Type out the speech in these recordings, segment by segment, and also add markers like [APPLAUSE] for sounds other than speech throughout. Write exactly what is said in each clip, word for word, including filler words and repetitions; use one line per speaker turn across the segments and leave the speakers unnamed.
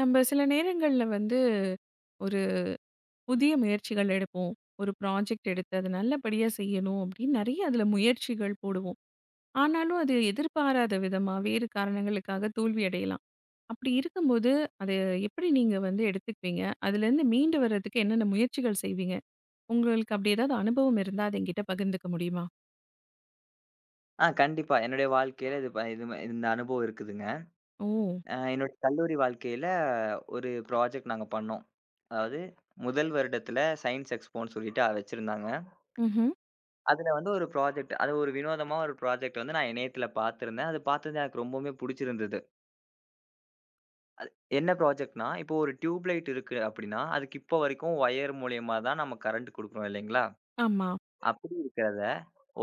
நம்ம சில நேரங்கள்ல வந்து ஒரு புதிய முயற்சிகள் எடுப்போம். ஒரு ப்ராஜெக்ட் எடுத்து அது நல்லபடியா செய்யணும் அப்படின்னு நெறைய அதுல முயற்சிகள் போடுவோம். ஆனாலும் அது எதிர்பாராத விதமா வேறு காரணங்களுக்காக தோல்வி அடையலாம். அப்படி இருக்கும்போது அத எப்படி நீங்க வந்து எடுத்துக்குவீங்க? அதுலேருந்து மீண்டு வர்றதுக்கு என்னென்ன முயற்சிகள் செய்வீங்க? உங்களுக்கு அப்படி ஏதாவது அனுபவம் இருந்தா அத என்கிட்ட பகிர்ந்துக்க முடியுமா?
ஆ கண்டிப்பா. என்னுடைய வாழ்க்கையில இது ப இது ம- இந்த அனுபவம் இருக்குதுங்க.
ஓ!
அ என்னோட கல்லூரி வாழ்க்கையில ஒரு ப்ராஜெக்ட் நாங்க பண்ணோம். அதாவது முதல் வருடத்துல சயன்ஸ் எக்ஸ்போன்னு சொல்லிட்டு அ வச்சிருந்தாங்க.
ம்ஹ்ம்.
அதுல வந்து ஒரு ப்ராஜெக்ட் அது ஒரு வினோதமா ஒரு ப்ராஜெக்ட் வந்து நான் இணையத்துல பார்த்திருந்தேன். அது பார்த்தது எனக்கு ரொம்பவுமே புடிச்சிருந்தது. என்ன ப்ராஜெக்ட்னா, இப்போ ஒரு டியூப் லைட் இருக்கு அப்படின்னா, அதுக்கு இப்போ வரைக்கும் ஒயர் மூலியமா தான் நம்ம கரண்ட் குடுக்குறோம் இல்லைங்களா?
ஆமா.
அப்படி இருக்கிறத,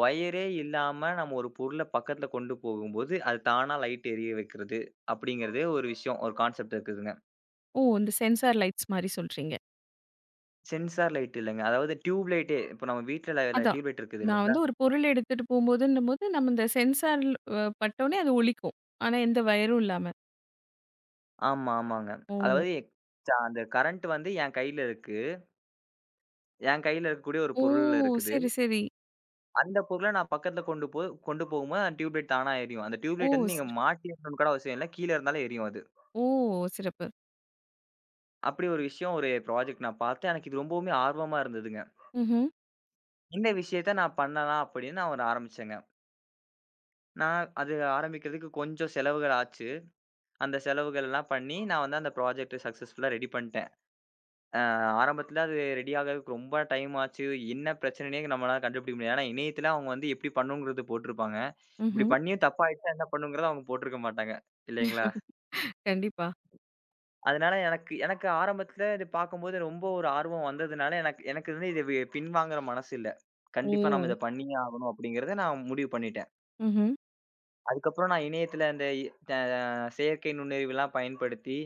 ஒயரே இல்லாம நம்ம ஒரு பொருள பக்கத்துல கொண்டு போகும்போது, அது தானா லைட் எரிய வைக்கிறது அப்படிங்கிறதே ஒரு விஷயம், ஒரு கான்செப்ட் இருக்குதுங்க.
ஓ! இந்த சென்சார் லைட்ஸ் மாரி சொல்றீங்க.
சென்சார் லைட் இல்லங்க. அதாவது டியூப் லைட்டே இப்ப நம்ம வீட்ல ல
அதான்.
டியூப் லைட் இருக்குது
நான்
இல்லைங்களா?
வந்து ஒரு பொருள் எடுத்துட்டு போம்போதுன்னும்போது, நம்ம இந்த சென்சார் அ பட்டோனே அது ஒலிக்கும். ஆனா, எந்த வயரும் இல்லாம.
ஆமா, ஆமாங்க.
ஓ!
அதாவது ச அந்த கரண்ட் வந்து என் கையில இருக்கு. என் கையில இருக்கக்கூடிய ஒரு
ஓ!
பொருள்ல இருக்குது.
சரி, சரி.
அந்த பொருள நான் பக்கத்துல கொண்டு போ கொண்டு போகும்போது அந்த டியூப் லைட் தானா எரியும். அந்த டியூப்
ஓ!
லைட் வந்து நீங்க
சிற
மாட்டியிருக்கணும்னு கூட அவசியம் இல்ல. கீழ இருந்தாலும் எரியும் அது.
ஓ! சிறப்பு.
அப்படி ஒரு விஷயம் ஒரு ப்ராஜெக்ட் நான் பார்த்தேன். எனக்கு இது ரொம்பவுமே ஆர்வமா இருந்ததுங்க.
ம்ஹ்ம்.
இந்த விஷயத்த நான் பண்ணலாம் அப்படின்னு நான் ஒரு ஆரம்பிச்சேங்க. நான் அது ஆரம்பிக்கிறதுக்கு கொஞ்சம் செலவுகள் ஆச்சு. அந்த செலவுகள்லாம் பண்ணி நான் வந்து அந்த ப்ராஜெக்ட்ட சக்சஸ்ஃபுல்லா ரெடி பண்ணிட்டேன். அ ஆரம்பத்தில அது ரெடி ஆகறதுக்கு ரொம்ப டைம் ஆச்சு. என்ன பிரச்சனைன்னே நம்மளால கண்டுபிடிக்க முடியாது. ஏன்னா இணையத்தில அவங்க வந்து எப்படி பண்ணணுங்கிறது போட்டிருப்பாங்க. இப்படி
ம்ஹ்ம்.
பண்ணியும் தப்பாயிடுச்சா என்ன பண்ணுங்கிறத அவங்க போட்டிருக்க மாட்டாங்க. இல்லைங்களா?
கண்டிப்பா.
அதனால எனக்கு எனக்கு ஆரம்பத்தில இது பார்க்கும்போது ரொம்ப ஒரு ஆர்வம் வந்ததுனால எனக்கு எனக்கு வந்து இத வி பின்வாங்குற மனசு இல்ல. கண்டிப்பா நம்ம
ஓ!
இத பண்ணியே ஆகணும் அப்படிங்கிறத நான் முடிவு பண்ணிட்டேன்.
ம்ஹ்ம்.
அதுக்கப்புறம் நான் இணையத்துல அந்த இ த செயற்கை நுண்ணறிவுலாம் பயன்படுத்தி,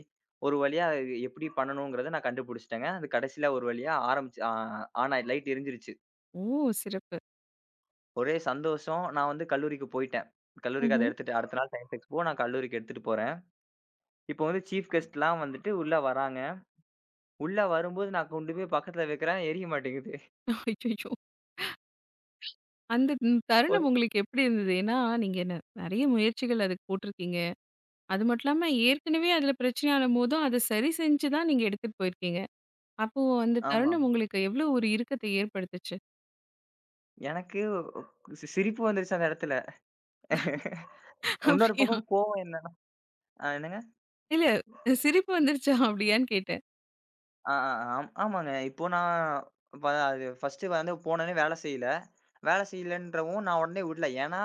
ஒரு வழியா அது எப்படி பண்ணணுங்கிறத நான் கண்டுபிடிச்சுட்டேங்க. அது கடைசியில ஒரு வழியா ஆரம்பிச்சு ஆ ஆன் ஆயி லைட் எரிஞ்சிருச்சு.
ஓ! சிறப்பு.
ஒரே சந்தோஷம். நான் வந்து கல்லூரிக்கு போயிட்டேன். கல்லூரிக்கு அத
ம்ஹ்ம்.
எடுத்துட்டு அடுத்த நாள் சயன்ஸ் எக்ஸ்போ நான் கல்லூரிக்கு எடுத்துட்டு போறேன். இப்போ வந்து சீஃப் கெஸ்ட்லாம் வந்துட்டு உள்ள வராங்க. உள்ள வரும்போது நான் கொண்டு போய் பக்கத்துல வைக்கிறேன். எரிய மாட்டேங்குது.
அய்யய்யோ! அந்த ம்
ஒரு
தருணம் உங்களுக்கு எப்படி இருந்தது? ஏன்னா, நீங்க ந நெறைய முயற்சிகள் அதுக்கு போட்டிருக்கீங்க. அது மட்டும் இல்லாம ஏற்கனவே அதில பிரச்சனையானம்போதும், அத சரி செஞ்சு தான் நீங்க எடுத்துட்டு போயிருக்கீங்க. அப்போ அந்த
ஆமா.
தருணம்
ஆமா
உங்களுக்கு எவ்வளோ ஒரு இறுக்கத்த ஏற்படுத்துச்சு?
எனக்கு சி சிரிப்பு வந்துருச்சு அந்த இடத்துல. [LAUGHS] இன்னொரு
அப்படியா?
பக்கம் கோவம் என்னன்னா அ என்னங்க?
இல்ல. சிரிப்பு வந்துருச்சா அப்டியான்னு கேட்டேன்.
ஆ, ஆ, ஆம் ஆமாங்க. இப்போ நான் வ அது ஃபர்ஸ்ட்டு வந்து போனோனே வேலை செய்யல. வேலை செய்யலன்றவும் நான் உடனே விடல. ஏன்னா,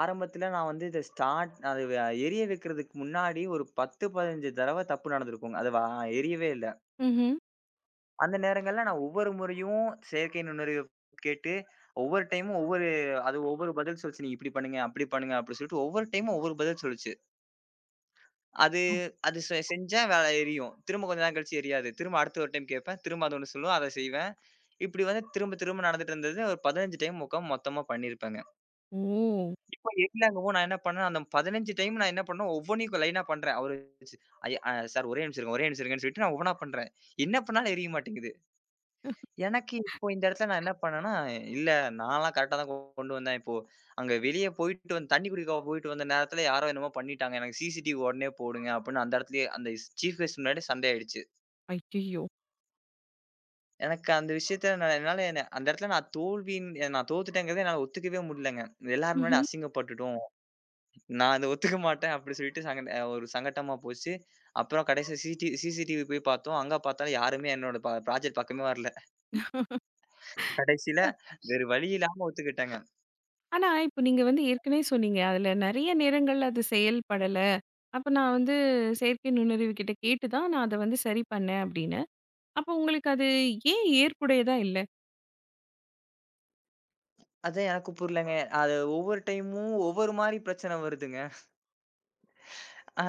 ஆரம்பத்தில நான் வந்து இத ஸ்டார்ட் அது வ எரிய வைக்கிறதுக்கு முன்னாடி ஒரு பத்து, பதினைந்து தடவ தப்பு நடந்திருக்குங்க. அது வ எரியவே இல்ல.
ம்ஹ்ம்.
அந்த நேரங்கள்ல நான் ஒவ்வொரு முறையும் செயற்கை நுண்ணறிவு கேட்டு, ஒவ்வொரு டைமும் ஒவ்வொரு அது ஒவ்வொரு பதில் சொல்லுச்சு. நீங்க இப்படி பண்ணுங்க, அப்படி பண்ணுங்க அப்படி சொல்லிட்டு ஒவ்வொரு டைமும் ஒவ்வொரு பதில் சொல்லுச்சு. அது
அ
அது செ செஞ்சா வேலை எரியும். திரும்ப கொஞ்ச நேரம் கழிச்சு எரியாது. திரும்ப அடுத்த ஒரு டைம் கேட்பேன். திரும்ப அது ஒண்ணு சொல்லும். அத செய்வேன். இப்படி வந்து திரும்ப திரும்ப நடந்துட்டு இருந்தது. ஒரு பதினைந்து டைம் உட்காந்து மொத்தமா பண்ணியிருப்பேங்க.
ஓ!
இப்ப எக்ஸாங்கவும் நான் என்ன பண்ணேன், அந்த பதினைந்து டைம் நான் என்ன பண்ணேன், ஒவ்வொன்னையும் லைனா பண்றேன். அவரு ஐயா அ சார் ஒரே நிமிஷம் இருங்க, ஒரே நிமிஷம் இருங்கன்னு சொல்லிட்டு நான் ஒவ்வொன்னா பண்றேன். என்ன பண்ணாலும் எரிய மாட்டேங்குது. எனக்கு இப்போ இந்த இடத்துல நான் என்ன பண்ணேன்னா, இல்ல நான்லாம் கரெக்ட்டா தான் கொண்டு வந்தேன். இப்போ அங்க வெளிய போயிட்டு வந்து தண்ணி குடிக்க போயிட்டு வந்த நேரத்துல யாரோ என்னமோ பண்ணிட்டாங்க. எனக்கு சிசிடிவி உடனே போடுங்க அப்படின்னு அந்த இடத்துலயே அந்த சீஃப் கெஸ்ட் முன்னாடியே சண்டை ஆயிடுச்சு.
ஐயய்யோ!
எனக்கு அந்த விஷயத்த நான் என்னால என்ன அந்த இடத்துல நான் தோல்வின்னு நான் தோத்துட்டேங்கிறத என்னால ஒத்துக்கவே முடியலங்க. எல்லார் முன்னாடி
ம்ஹ்ம்.
அசிங்கப்பட்டுட்டோம். நான் அத ஒத்துக்க மாட்டேன் அப்படி சொல்லிட்டு சங்க அ ஒரு சங்கட்டமா போச்சு. அப்புறம் கடைசில சிடி சிசிடிவி போய் பார்த்தோம். அங்க பார்த்தாலும் யாருமே என்னோட ப ப்ராஜெக்ட் பக்கமே வரல. கடைசில வேறு வழி இல்லாம ஒத்துக்கிட்டேங்க.
ஆனா, இப்ப நீங்க வந்து ஏற்கனவே சொன்னீங்க. அதுல நெறைய நேரங்கள்ல அது செயல்படல. அப்ப நான் வந்து செயற்கை நுண்ணறிவு கிட்ட கேட்டு தான் நான் அத வந்து சரி பண்ணேன் அப்படின்னு. அப்ப உங்களுக்கு அது ஏன் ஏற்புடையதா இல்ல?
அது எனக்கு புரியலங்க. அது ஒவ்வொரு டைமும் ஒவ்வொரு மாரி பிரச்சனை வருதுங்க. அ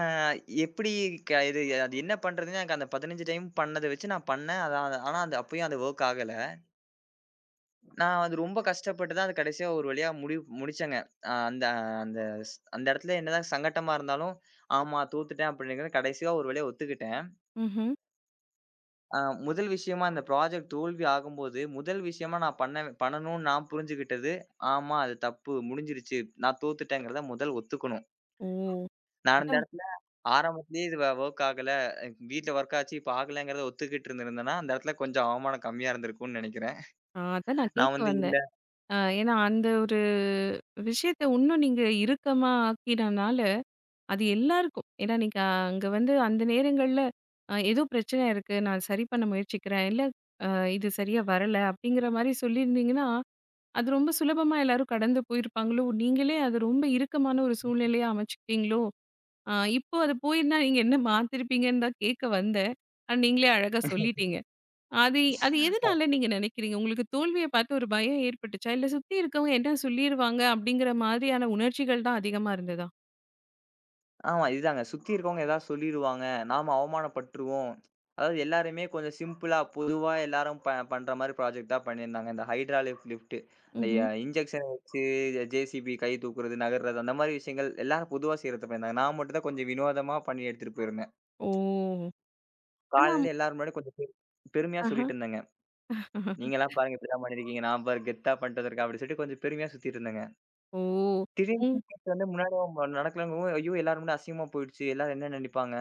எப்படி க இது அது என்ன பண்றதுன்னு எனக்கு அந்த பதினைந்து டைம் பண்ணத வச்சு நான் பண்ணேன். அதான் ஆனா அது அப்பயும் அது வொர்க் ஆகல. நான் அது ரொம்ப கஷ்டப்பட்டு தான் அது கடைசியா ஒரு வழியா முடிவு முடிச்சேங்க. அ அந்த அந்த ஸ் அந்த இடத்துல என்னதான் சங்கட்டமா இருந்தாலும், ஆமா தோத்துட்டேன் அப்படிங்கிறது கடைசியா ஒரு வழியா ஒத்துக்கிட்டேன்.
ம்ஹ்ம்.
அ முதல் விஷயமா அந்த ப்ராஜெக்ட் தோல்வி ஆகும்போது, முதல் விஷயமா நான் பண்ண பண்ணணும்னு நான் புரிஞ்சுகிட்டது, ஆமா அது தப்பு முடிஞ்சிருச்சு. நான் தோத்துட்டேங்கிறத முதல் ஒத்துக்கணும்.
ஓ!
நான் அந்த
அதான்
இடத்துல ஆரம்பத்திலேயே இது வ வொர்க் ஆகல. அஹ் வீட்ல வொர்க் ஆச்சு. இப்ப ஆகலங்கிறத ஒத்துக்கிட்டு இருந்திருந்தேன்னா, அந்த இடத்துல கொஞ்சம் அவமானம் கம்மியா இருந்திருக்கும்னு நெனைக்கிறேன்.
ஆ அதான் நான்
நான்
கேட்க
வந்து
வந்தேன்.
இல்ல
அ ஏன்னா அந்த ஒரு விஷயத்த இன்னும் நீங்க இறுக்கமா ஆக்கினனால அது எல்லாருக்கும். ஏன்னா, நீங்க அங்க வந்து அந்த நேரங்கள்ல அ ஏதோ பிரச்சனை இருக்கு. நான் சரி பண்ண முயற்சிக்கிறேன். இல்ல அ இது சரியா வரல அப்படிங்கிற மாரி சொல்லியிருந்தீங்கன்னா, அது ரொம்ப சுலபமா எல்லாரும் கடந்து போயிருப்பாங்களோ, நீங்களே அது ரொம்ப இறுக்கமான ஒரு சூழ்நிலையா அமைச்சுக்கிட்டீங்களோ? அ இப்போ அது போயிருந்தா நீங்க என்ன மாத்திருப்பீங்கன்னு தான் கேட்க வந்தேன். ஆனா நீங்களே அழகா சொல்லிட்டீங்க. அது அது எதனால நீங்க நினைக்கிறீங்க? உங்களுக்கு தோல்விய பார்த்து ஒரு பயம் ஏற்பட்டுச்சா? இல்ல சுத்தி இருக்கவங்க என்ன சொல்லிருவாங்க அப்படிங்கிற மாதிரியான உணர்ச்சிகள் தான் அதிகமா இருந்ததா?
ஆமா. இதுதாங்க. சுத்தி இருக்கவங்க ஏதாவது சொல்லிருவாங்க. நாம அவமானப்பட்டுருவோம். அதாவது எல்லாருமே கொஞ்சம் சிம்பிளா, பொதுவா எல்லாரும் ப பண்ற மாரி ப்ராஜெக்ட் தான் பண்ணியிருந்தாங்க. இந்த ஹைட்ராலிக் லிஃப்ட். இந்த
ம்ஹ்ம்.
அ இன்ஜெக்ஷன் வச்சு ஜேசிபி கை தூக்குறது, நகர்றது அந்த மாரி விஷயங்கள் எல்லாரும் பொதுவா செய்றத பண்ணியிருந்தாங்க. நான் மட்டும் தான் கொஞ்சம் வினோதமா பண்ணி எடுத்துட்டு போயிருந்தேன்.
ஓ! ஆனா
காலையில எல்லாரும் முன்னாடி கொஞ்சம் பெரு பெருமையா
ஆஹா.
சொல்லிட்டு இருந்தேங்க. நீங்கலாம் பாருங்க இப்படிலாம் பண்ணியிருக்கீங்க. நான் பாரு கெத்தா பண்ணிட்டு வந்திருக்கேன் அப்படின்னு சொல்லிட்டு கொஞ்சம் பெருமையா சுத்திட்டு இருந்தேங்க.
ஓ!
திடீர்னு
ம்.
தூக்கிட்டு வந்து முன்னாடி நடக்கலங்கவும் ஐயோ! எல்லாரும் முன்னாடி அசிங்கமா போயிடுச்சு. எல்லாரும் என்ன நினைப்பாங்க?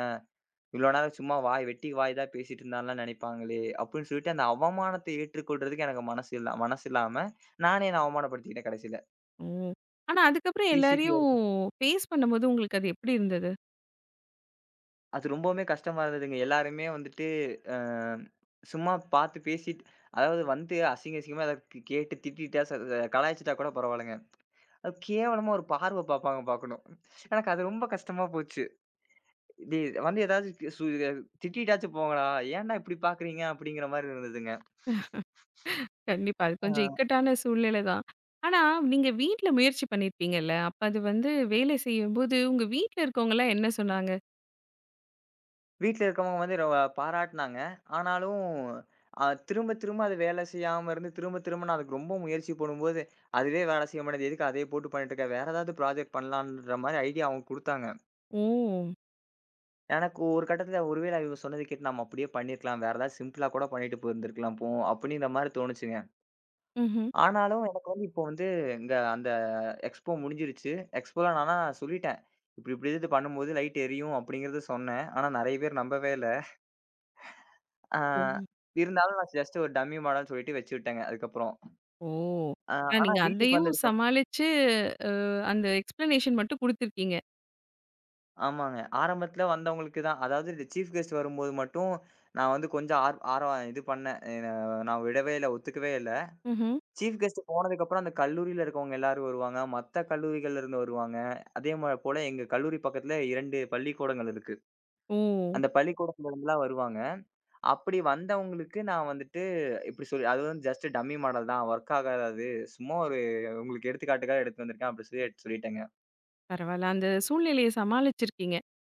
இவ்ளோ நேரம் சும்மா வாய் வெட்டி வாய் தான் பேசிட்டு இருந்தான்லாம் நெனைப்பாங்களே! அப்டின்னு சொல்லிட்டு அந்த அவமானத்தை ஏற்றுக்கொள்றதுக்கு எனக்கு மனசு இல்ல மனசு இல்லாம, நானே என்ன அவமானப்படுத்திக்கிட்டேன் கடைசில.
ஓ! ஆனா அதுக்கப்புறம்
டிசிபி வ
எல்லாரையும் ஃபேஸ் பண்ணும்போது உங்களுக்கு அது எப்படி இருந்தது?
அது ரொம்பவுமே கஷ்டமா இருந்ததுங்க. எல்லாருமே வந்துட்டு அ சும்மா பார்த்து பேசிட்டு அதாவது வந்து அசிங்க அசிங்கமா ஏதாவது க் கேட்டு திட்டிட்டா, ச ச கலாய்ச்சுட்டா கூட பரவால்லங்க. அது கேவலமா ஒரு பார்வ பார்ப்பாங்க பார்க்கணும். எனக்கு அது ரொம்ப கஷ்டமா போச்சு. இது வந்து ஏதாவது சு திட்டிட்டாச்சும் போங்கடா! ஏன்டா இப்டி பார்க்குறீங்க? அப்டிங்கிற மாரி இருந்ததுங்க.
கண்டிப்பா. அது கொஞ்சம்
ஆ.
இக்கட்டான சூழ்நிலை தான். ஆனா நீங்க வீட்ல முயற்சி பண்ணியிருப்பீங்கல்ல. அப்ப அது வந்து வேலை செய்யும்போது உங்க வீட்ல இருக்கவங்கலாம் என்ன சொன்னாங்க?
வீட்ல இருக்கவங்க வந்து ரொ பாராட்டுனாங்க. ஆனாலும், அ திரும்ப திரும்ப அது வேலை செய்யாம இருந்து, திரும்ப திரும்ப நான் அதுக்கு ரொம்ப முயற்சி போடும்போது, அதுவே வேலை செய்ய மாட்டேங்குது. எதுக்கு அதையே போட்டு பண்ணிட்டு இருக்க? வேற ஏதாவது ப்ராஜெக்ட் பண்ணலான்ற மாரி ஐடியா அவங்க குடுத்தாங்க.
ஓ!
எனக்கு ஒரு கட்டத்தில ஒருவேளை இவங்க சொன்னது கேட்டு நம்ம அப்படியே பண்ணியிருக்கலாம். வேற ஏதாவது சிம்பிளா கூட பண்ணிட்டு போயிருந்திருக்கலாம் போ அப்படின்ற மாரி தோணுச்சுங்க.
ம்ஹ்ம்.
ஆனாலும் எனக்கு வந்து இப்போ வந்து இங்க அந்த எக்ஸ்போ முடிஞ்சிருச்சு. எக்ஸ்போல நான் ஆனா சொல்லிட்டேன். இப்படி இப்படி இது பண்ணும்போது லைட் எரியும் அப்படிங்கிறத சொன்னேன். ஆனா நெறைய பேர் நம்பவே இல்ல. ஆ
ஓ!
இருந்தாலும் நான் ஜஸ்ட் ஒரு டம்மி மாடல்ன்னு சொல்லிட்டு வச்சு விட்டேங்க அதுக்கப்புறம்.
ஓ!
ஆ
ஆனா
ஆனா
நீங்க
வீட்டுக்கு
அதையும்
வந்ததுக்கு அப்
சமாளிச்சு, அ அந்த எக்ஸ்ப்ளனேஷன் மட்டும் குடுத்துருக்கீங்க.
ஆமாங்க. ஆரம்பத்துல வந்தவங்களுக்கு தான் அதாவது இந்த சீஃப் கெஸ்ட் வரும்போது மட்டும் நான் வந்து கொஞ்சம் ஆர் ஆர்வம் இது பண்ணேன். எ நான் விடவே இல்ல, ஒத்துக்கவே இல்ல.
ம்ஹ்ம்.
சீஃப் கெஸ்ட் போனதுக்கப்புறம் அந்த கல்லூரியில இருக்கவங்க எல்லாரும் வருவாங்க. மத்த கல்லூரிகள்ல இருந்து வருவாங்க. அதே ம போல எங்க கல்லூரி பக்கத்துல இரண்டு பள்ளிக்கூடங்கள் இருக்கு.
ஓ!
அந்த பள்ளிக்கூடத்துல இருந்துலாம் வருவாங்க. அப்படி வந்தவங்களுக்கு நான் வந்துட்டு இப்படி சொல்லி அது வந்து ஜஸ்ட் டம்மி மாடல் தான். வொர்க் ஆகாது. சும்மா ஒரு உங்களுக்கு எடுத்துக்காட்டுக்காக எடுத்துட்டு வந்திருக்கேன். அப்படி சொல்லி எடுத்து சொல்லிட்டேங்க.
பரவால்ல. அந்த சூழ்நிலைய சமாளிச்சிருக்கீங்க.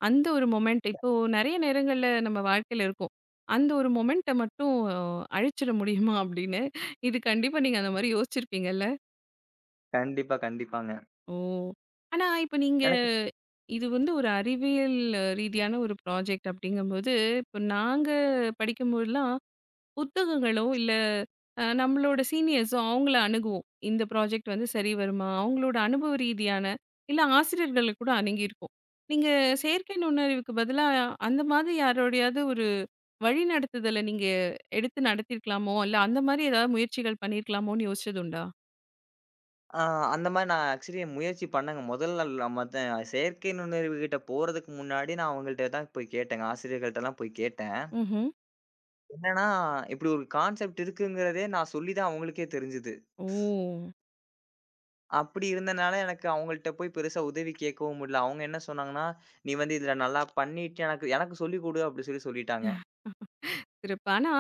அந்த ஒரு மொமெண்ட் இப்போ நெறைய நேரங்கள்ல நம்ம வாழ்க்கையில இருக்கும். அந்த ஒரு மொமெண்ட்ட மட்டும் அஹ், அழிச்சிட முடியுமா அப்படின்னு, இது கண்டிப்பா நீங்க அந்த மாரி யோசிச்சிருப்பீங்கல்ல?
கண்டிப்பா, கண்டிப்பாங்க.
ஓ! ஆனா இப்ப நீங்க
எனக்கு
இது வந்து ஒரு அறிவியல் அஹ், ரீதியான ஒரு ப்ராஜெக்ட் அப்படிங்கும்போது, இப்போ நாங்க படிக்கும்போதெல்லாம் புத்தகங்களோ, இல்ல அ நம்மளோட சீனியர்ஸோ அவங்கள அணுகுவோம். இந்த ப்ராஜெக்ட் வந்து சரி வருமா? அவங்களோட அனுபவ ரீதியான இல்ல ஆசிரியர்கள கூட அணுகியிருக்கோம். நீங்க செயற்கை நுண்ணறிவுக்கு பதிலா அந்த மாதிரி யாரோடையாவது ஒரு வழிநடத்துதல நீங்க எடுத்து நடத்தியிருக்கலாமோ? இல்ல அந்த மாரி ஏதாவது முயற்சிகள் பண்ணியிருக்கலாமோன்னு யோசிச்சது உண்டா?
ஆ அந்த மாரி நான் ஆக்சுவலி முயற்சி பண்ணேங்க. முதல்ல நம்ம த செயற்கை நுண்ணறிவு கிட்ட போறதுக்கு முன்னாடி நான் அவங்கள்ட்ட தான் போய் கேட்டேங்க. ஆசிரியர்கள்ட்டலாம் போய் கேட்டேன்.
ம்ஹ்ம்.
என்னன்னா, இப்படி ஒரு கான்செப்ட் இருக்குங்கிறதே நான் சொல்லி தான் அவங்களுக்கே தெரிஞ்சது.
ஓ!
அப்படி இருந்தனால எனக்கு அவங்கள்ட்ட போய் பெருசா உதவி கேட்கவும் முடியல. அவங்க என்ன சொன்னாங்கன்னா, "நீ வந்து இதுல நல்லா பண்ணிட்டு எனக்கு எனக்கு சொல்லிக் குடு" அப்படி சொல்லி சொல்லிட்டாங்க.
சிறப்பு. ஆனா,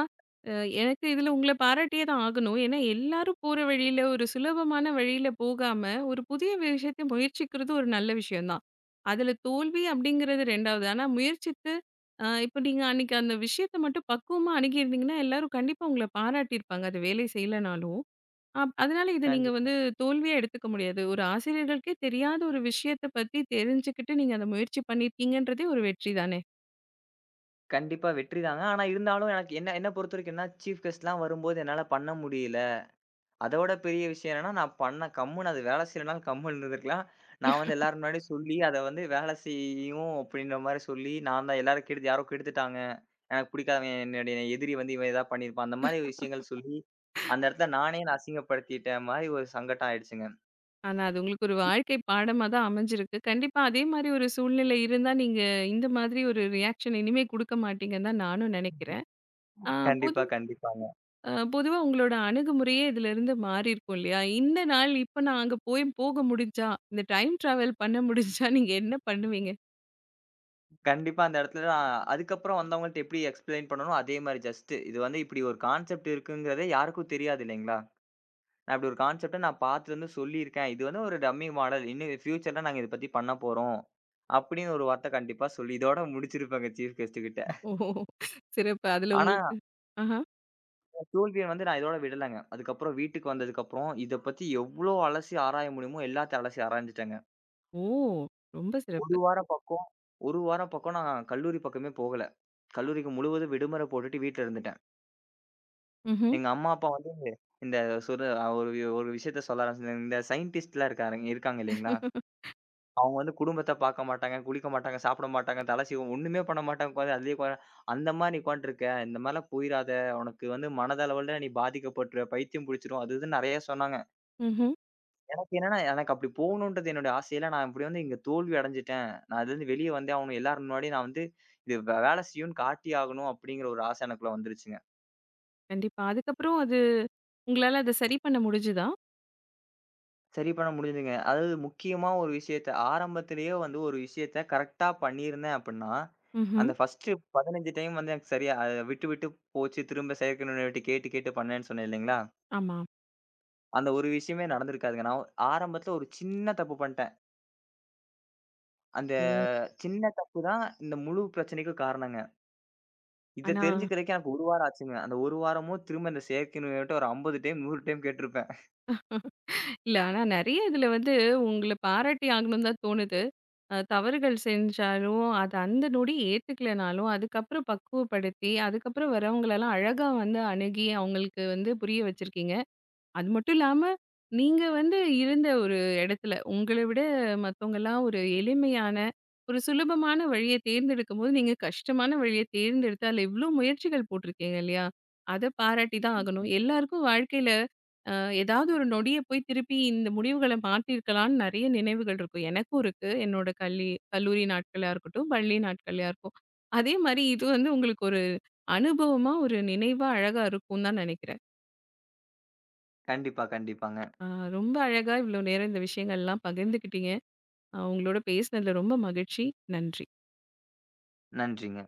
அ எனக்கு இதுல உங்கள பாராட்டியே தான் ஆகணும். ஏன்னா, எல்லாரும் போற வழியில, ஒரு சுலபமான வழியில போகாம, ஒரு புதிய விஷயத்த முயற்சிக்கிறது ஒரு நல்ல விஷயம் தான். அதுல தோல்வி அப்படிங்கிறது இரண்டாவது. ஆனா, முயற்சித்து அ இப்ப நீங்க அன்னைக்கு அந்த விஷயத்த மட்டும் பக்குவமா அணுகியிருந்தீங்கன்னா, எல்லாரும் கண்டிப்பா உங்கள பாராட்டியிருப்பாங்க. அது வேலை செய்யலனாலும். அப் அதனால இத நீங்க
கண்டி
வந்து தோல்வியா எடுத்துக்க முடியாது. ஒரு ஆசிரியர்களுக்கே தெரியாத ஒரு விஷயத்த பத்தி தெரிஞ்சுக்கிட்டு, நீங்க அந்த முயற்சி பண்ணியிருக்கீங்கன்றதே ஒரு வெற்றி தானே!
கண்டிப்பா வெற்றி தாங்க. ஆனா இருந்தாலும் எனக்கு என்ன என்ன பொறுத்தவரைக்கும் என்ன சீஃப் கெஸ்ட்லாம் வரும்போது என்னால பண்ண முடியல. அதோட பெரிய விஷயம் என்னன்னா, நான் பண்ண கம்முனு அது வேலை செய்யலனா கம்முனு இருந்திருக்கலாம். நான் வந்து எல்லார் முன்னாடியும் சொல்லி அத வந்து வேலை செய்யும் அப்படின்ற மாரி சொல்லி, நான் தான் எல்லாரும் கெடுத்து யாரோ கெடுத்துட்டாங்க. எனக்கு பிடிக்காதவன் என்னுடைய எதிரி வந்து இவன் ஏதாவது பண்ணியிருப்பான். அந்த மாரி விஷயங்கள் சொல்லி, அந்த இடத்துல நானே என்ன அசிங்கப்படுத்திட்ட மாரி ஒரு சங்கடம் ஆயிடுச்சுங்க.
ஆனா, அது உங்களுக்கு ஒரு வாழ்க்கை பாடமா தான் அமைஞ்சிருக்கு. கண்டிப்பா அதே மாரி ஒரு சூழ்நிலை இருந்தா, நீங்க இந்த மாதிரி ஒரு ரியாக்ஷன் இனிமே குடுக்க மாட்டீங்கன்னு தான் நானும் நெனைக்கிறேன். ஆ பொது
கண்டிப்பா, கண்டிப்பாங்க.
அ பொதுவா உங்களோட அணுகுமுறையே இதுலருந்து மாறியிருக்கும் இல்லையா? இந்த நாள் இப்ப நான் அங்க போய் போக முடிஞ்சா, இந்த டைம் டிராவல் பண்ண முடிஞ்சா நீங்க என்ன பண்ணுவீங்க?
கண்டிப்பா அந்த இடத்துல நான் அதுக்கப்புறம் வந்தவங்கள்ட்ட எப்படி எக்ஸ்ப்ளைன் பண்ணனோ, அதே மாரி ஜஸ்ட் இது வந்து இப்படி ஒரு கான்செப்ட் இருக்குங்கிறதே யாருக்கும் தெரியாது இல்லைங்களா? நான் இப்படி ஒரு கான்செப்ட்ட நான் பார்த்துட்டு வந்து சொல்லியிருக்கேன். இது வந்து ஒரு டம்மி மாடல். இன்னும் ஃபியூச்சர்ல நாங்க இத பத்தி பண்ண போறோம். அப்படின்னு ஒரு வார்த்த கண்டிப்பா சொல்லி இதோட முடிச்சிருப்பேங்க சீஃப் கெஸ்ட் கிட்ட.
ஓ! சிறப்பு. அதுல
ஆனா
உங்களுக்கு ஆஹா.
தோல்விய வந்து நான் இதோட விடலங்க. அதுக்கப்புறம் வீட்டுக்கு வந்ததுக்கப்புறம் இத பத்தி எவ்ளோ அலசி ஆராய முடியுமோ எல்லாத்தையும் அலசி ஆராய்ஞ்சுட்டேங்க.
ஓ! ரொம்ப
1
சிறப்பு.
வாரம் பக்கம் ஒரு வாரம் பக்கம் நான் கல்லூரி பக்கமே போகல. கல்லூரிக்கு முழுவதும் விடுமுறை போட்டுட்டு வீட்ல இருந்துட்டேன்.
ம்ஹ்ம்.
எங்க அம்மா, அப்பா வந்து இந்த சொரு ஒரு வி- ஒரு விஷயத்த சொல்ல ஆரம்பிச்சேன். இந்த சயின்டிஸ்ட்லாம் இருக்காருங்க இருக்காங்க இல்லைங்களா? அவங்க வந்து குடும்பத்த பார்க்க மாட்டாங்க, குளிக்க மாட்டாங்க, சாப்பிட மாட்டாங்க, தல சீவ ஒண்ணுமே பண்ண மாட்டாங்க. உட்காந்து அதிலேயே உட்கார அந்த மாரி நீ உட்காந்துட்டுருக்க. இந்த மாரிலாம் போயிறாத. உனக்கு வந்து மனதளவுல நீ பாதிக்கப்பட்டுருவ. பைத்தியம் புடிச்சுரும். அது இதுன்னு நெறைய சொன்னாங்க.
ம்ஹ்ம்.
எனக்கு என்னன்னா, எனக்கு அப்படி போகணுன்றது என்னுடைய ஆசையில, நான் இப்படி வந்து இங்க தோல்வி அடைஞ்சுட்டேன். நான் அதுலருந்து வெளிய வந்தே ஆவணும். எல்லாரும் முன்னாடியும் நான் வந்து இது வே வேலை செய்யும்ன்னு காட்டி ஆகணும் அப்படிங்கிற ஒரு ஆசை எனக்குள்ள வந்துருச்சுங்க.
கண்டிப்பா. அதுக்கப்புறம் அது உங்களால அத சரி பண்ண முடிஞ்சுதா?
சரி பண்ண முடிஞ்சதுங்க. அதாவது முக்கியமா ஒரு விஷயத்த ஆரம்பத்திலேயே வந்து ஒரு விஷயத்த கரெக்ட்டா பண்ணியிருந்தேன் அப்படின்னா,
ம்ஹ்ம்.
அந்த ஃபர்ஸ்ட்டு பதினைந்து டைம் வந்து எனக்கு சரியா அ விட்டு விட்டு போச்சு. திரும்ப செயற்கை நுண்ணறிவுட்ட கேட்டு கேட்டு பண்ணேன்னு சொன்னேன் இல்லைங்களா?
ஆமா.
அந்த ஒரு விஷயமே நடந்திருக்காதுங்க. நான் ஆரம்பத்தில ஒரு சின்ன தப்பு பண்ணிட்டேன். அந்த
ஓ!
சின்ன தப்பு தான் இந்த முழு பிரச்சனைக்கும் காரணங்க. இத
ஆனா
தெரிஞ்சுக்கிறதுக்கே எனக்கு ஒரு வாரம் ஆச்சுங்க. அந்த ஒரு வாரமும் திரும்ப இந்த செயற்கை நுண்ணறிவுட்ட ஒரு ஐம்பது டைம், நூறு டைம் கேட்டிருப்பேன்.
இல்ல. ஆனா நெறைய இதுல வந்து உங்கள பாராட்டி ஆகணும்னு தான் தோணுது. அ தவறுகள் செஞ்சாலும், அத அந்த நொடி ஏத்துக்கலனாலும், அதுக்கப்புறம் பக்குவப்படுத்தி, அதுக்கப்புறம் வரவங்களலாம் அழகா வந்து அணுகி, அவங்களுக்கு வந்து புரிய வச்சிருக்கீங்க. அது மட்டும் இல்லாம, நீங்க வந்து இருந்த ஒரு இடத்துல, உங்கள விட மத்தவங்கலாம் ஒரு எளிமையான, ஒரு சுலபமான வழிய தேர்ந்தெடுக்கும்போது, நீங்க கஷ்டமான வழிய தேர்ந்தெடுத்து, அதுல இவ்ளோ முயற்சிகள் போட்டிருக்கீங்க இல்லையா? அத பாராட்டி தான் ஆகணும். எல்லாருக்கும் வாழ்க்கையில அ ஏதாவது ஒரு நொடிய போய் திருப்பி இந்த முடிவுகள மாத்தியிருக்கலாம்னு நெறைய நினைவுகள் இருக்கும். எனக்கும் இருக்கு. என்னோட கல்லி கல்லூரி நாட்களா இருக்கட்டும், பள்ளி நாட்களா இருக்கும். அதே மாரி இது வந்து உங்களுக்கு ஒரு அனுபவமா, ஒரு நினைவா அழகா இருக்கும்னு தான் நெனைக்கிறேன்.
கண்டிப்பா, கண்டிப்பாங்க.
ஆ, ரொம்ப அழகா இவ்வளோ நேரம் இந்த விஷயங்கள்லாம் பகிர்ந்துக்கிட்டீங்க. அ உங்களோட பேசினதில ரொம்ப மகிழ்ச்சி. நன்றி.
நன்றிங்க.